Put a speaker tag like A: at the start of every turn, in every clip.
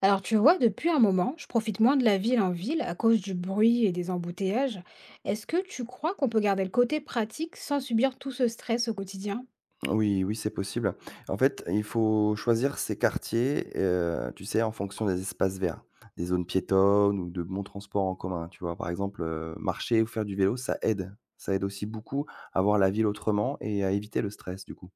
A: Alors tu vois, depuis un moment, je profite moins de la ville en ville à cause du bruit et des embouteillages. Est-ce que tu crois qu'on peut garder le côté pratique sans subir tout ce stress au quotidien?
B: Oui, oui, c'est possible. En fait, il faut choisir ses quartiers, tu sais, en fonction des espaces verts, des zones piétonnes ou de bons transports en commun, tu vois? Par exemple, marcher ou faire du vélo, ça aide. Ça aide aussi beaucoup à voir la ville autrement et à éviter le stress, du coup.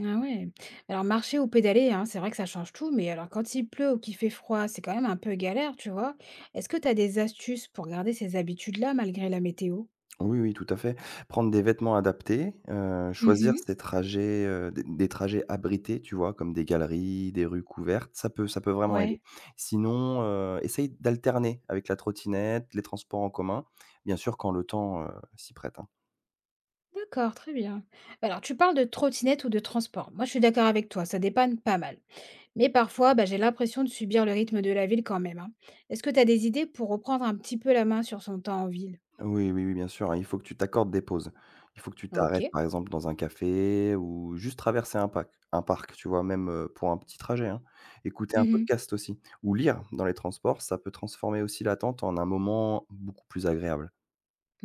A: Ah ouais. Alors marcher ou pédaler, hein, c'est vrai que ça change tout, mais alors quand il pleut ou qu'il fait froid, c'est quand même un peu galère, tu vois. Est-ce que tu as des astuces pour garder ces habitudes-là malgré la météo?
B: Oui, oui, tout à fait. Prendre des vêtements adaptés, choisir
A: Mhm.
B: ces trajets, des trajets abrités, tu vois? Comme des galeries, des rues couvertes, ça peut vraiment aider.
A: Ouais.
B: Sinon, essaye d'alterner avec la trottinette, les transports en commun, bien sûr quand le temps, s'y prête, hein.
A: D'accord, très bien. Alors, tu parles de trottinette ou de transport. Moi, je suis d'accord avec toi, ça dépanne pas mal. Mais parfois, bah, j'ai l'impression de subir le rythme de la ville quand même, hein. Est-ce que tu as des idées pour reprendre un petit peu la main sur son temps en ville?
B: Oui, oui, oui, bien sûr, hein, il faut que tu t'accordes des pauses. Il faut que tu
A: Ok.
B: t'arrêtes, par exemple, dans un café ou juste traverser un parc, tu vois? Même, pour un petit trajet, hein. Écouter un
A: Mhm.
B: podcast aussi ou lire dans les transports, ça peut transformer aussi l'attente en un moment beaucoup plus agréable.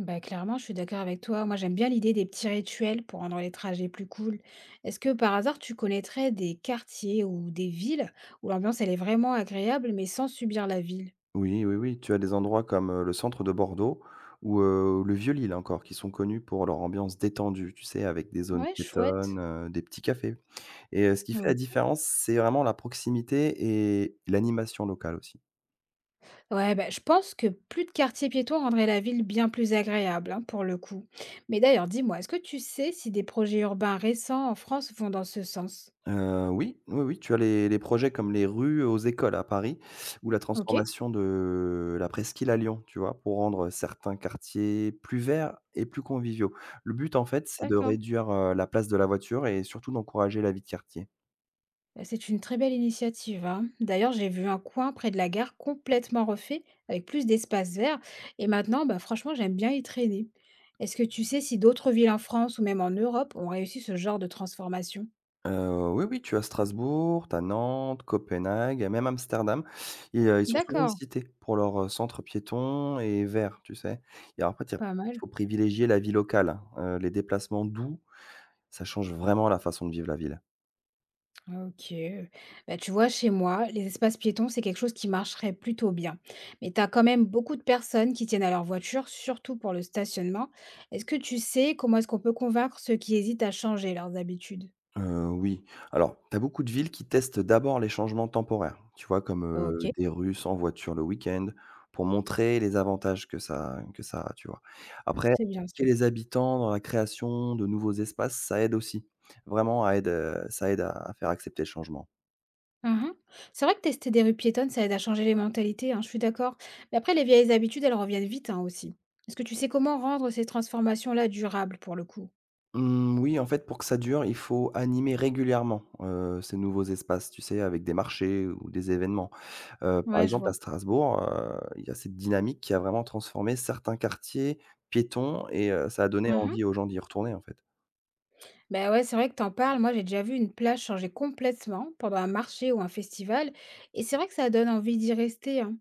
A: Bah, clairement, je suis d'accord avec toi. Moi, j'aime bien l'idée des petits rituels pour rendre les trajets plus cool. Est-ce que par hasard, tu connaîtrais des quartiers ou des villes où l'ambiance, elle est vraiment agréable, mais sans subir la ville?
B: Oui, oui, oui, tu as des endroits comme, le centre de Bordeaux ou, le Vieux-Lille encore, qui sont connus pour leur ambiance détendue, tu sais? Avec des zones
A: Ouais,
B: piétonnes,
A: chouette.
B: des petits cafés et ce qui fait la différence, c'est vraiment la proximité et l'animation locale aussi.
A: Ouais, bah, je pense que plus de quartiers piétons rendrait la ville bien plus agréable, hein, pour le coup. Mais d'ailleurs, dis-moi, est-ce que tu sais si des projets urbains récents en France vont dans ce sens?
B: Oui, oui, oui, tu as les projets comme les rues aux écoles à Paris ou la
A: Ok,
B: transformation de la presqu'île à Lyon, tu vois? Pour rendre certains quartiers plus verts et plus conviviaux. Le but, en fait, c'est de
A: d'accord.
B: réduire, la place de la voiture et surtout d'encourager la vie de quartier.
A: Bah, c'est une très belle initiative, hein. D'ailleurs, j'ai vu un coin près de la gare complètement refait, avec plus d'espace vert. Et maintenant, bah, franchement, j'aime bien y traîner. Est-ce que tu sais si d'autres villes en France ou même en Europe ont réussi ce genre de transformation?
B: Oui, oui, tu as Strasbourg, tu as Nantes, Copenhague, même Amsterdam et ils sont souvent
A: D'accord,
B: cités pour leurs, centres piétons et verts, tu sais? Et après tu as
A: pas
B: il
A: mal.
B: faut privilégier la vie locale, hein, les déplacements doux, ça change vraiment la façon de vivre la ville.
A: OK, bah, tu vois, chez moi, les espaces piétons, c'est quelque chose qui marcherait plutôt bien. Mais tu as quand même beaucoup de personnes qui tiennent à leur voiture, surtout pour le stationnement. Est-ce que tu sais comment est-ce qu'on peut convaincre ceux qui hésitent à changer leurs habitudes?
B: Oui. Alors, tu as beaucoup de villes qui testent d'abord les changements temporaires, tu vois? Comme,
A: OK,
B: des rues sans voiture le week-end, pour montrer les avantages que ça a, tu vois? Après,
A: c'est bien ça.
B: impliquer les habitants dans la création de nouveaux espaces, ça aide aussi. Vraiment à aide, ça aide à faire accepter le changement.
A: Mmh. C'est vrai que tester des rues piétonnes, ça aide à changer les mentalités, hein, je suis d'accord. Mais après les vieilles habitudes, elles reviennent vite, hein, aussi. Est-ce que tu sais comment rendre ces transformations-là durables pour le coup?
B: Mmh, oui, en fait, pour que ça dure, il faut animer régulièrement, ces nouveaux espaces, tu sais, avec des marchés ou des événements. Par
A: Ouais, je
B: exemple à
A: vois.
B: Strasbourg, il y a cette dynamique qui a vraiment transformé certains quartiers piétons et ça a donné
A: Mmh.
B: envie aux gens d'y retourner, en fait.
A: Bah ouais, c'est vrai que t'en parles. Moi, j'ai déjà vu une plage changer complètement pendant un marché ou un festival, et c'est vrai que ça donne envie d'y rester, hein.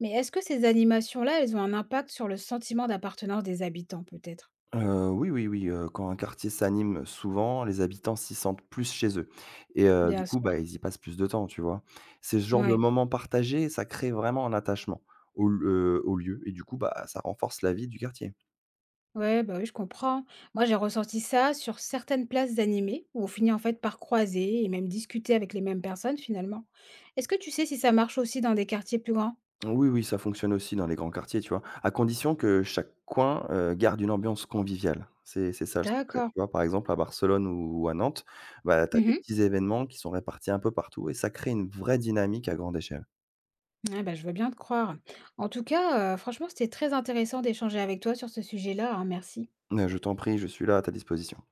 A: Mais est-ce que ces animations-là, elles ont un impact sur le sentiment d'appartenance des habitants, peut-être?
B: Oui, oui, oui, quand un quartier s'anime souvent, les habitants s'y sentent plus chez eux et du
A: Bien
B: coup,
A: sûr.
B: bah, ils y passent plus de temps, tu vois? C'est ce genre de
A: Ouais.
B: moments partagés, ça crée vraiment un attachement au l au lieu et du coup, bah, ça renforce la vie du quartier.
A: Ouais, bah oui, je comprends. Moi, j'ai ressenti ça sur certaines places animées, où on finit en fait par croiser et même discuter avec les mêmes personnes finalement. Est-ce que tu sais si ça marche aussi dans des quartiers plus grands?
B: Oui, oui, ça fonctionne aussi dans les grands quartiers, tu vois? À condition que chaque coin, garde une ambiance conviviale. C'est ça le secret,
A: D'accord.
B: tu vois? Par exemple, à Barcelone ou à Nantes, bah, tu as des
A: Mhm.
B: petits événements qui sont répartis un peu partout et ça crée une vraie dynamique à grande échelle.
A: Ouais, bah, je veux bien te croire. En tout cas, franchement, c'était très intéressant d'échanger avec toi sur ce sujet-là, hein, merci.
B: Je t'en prie, je suis là à ta disposition.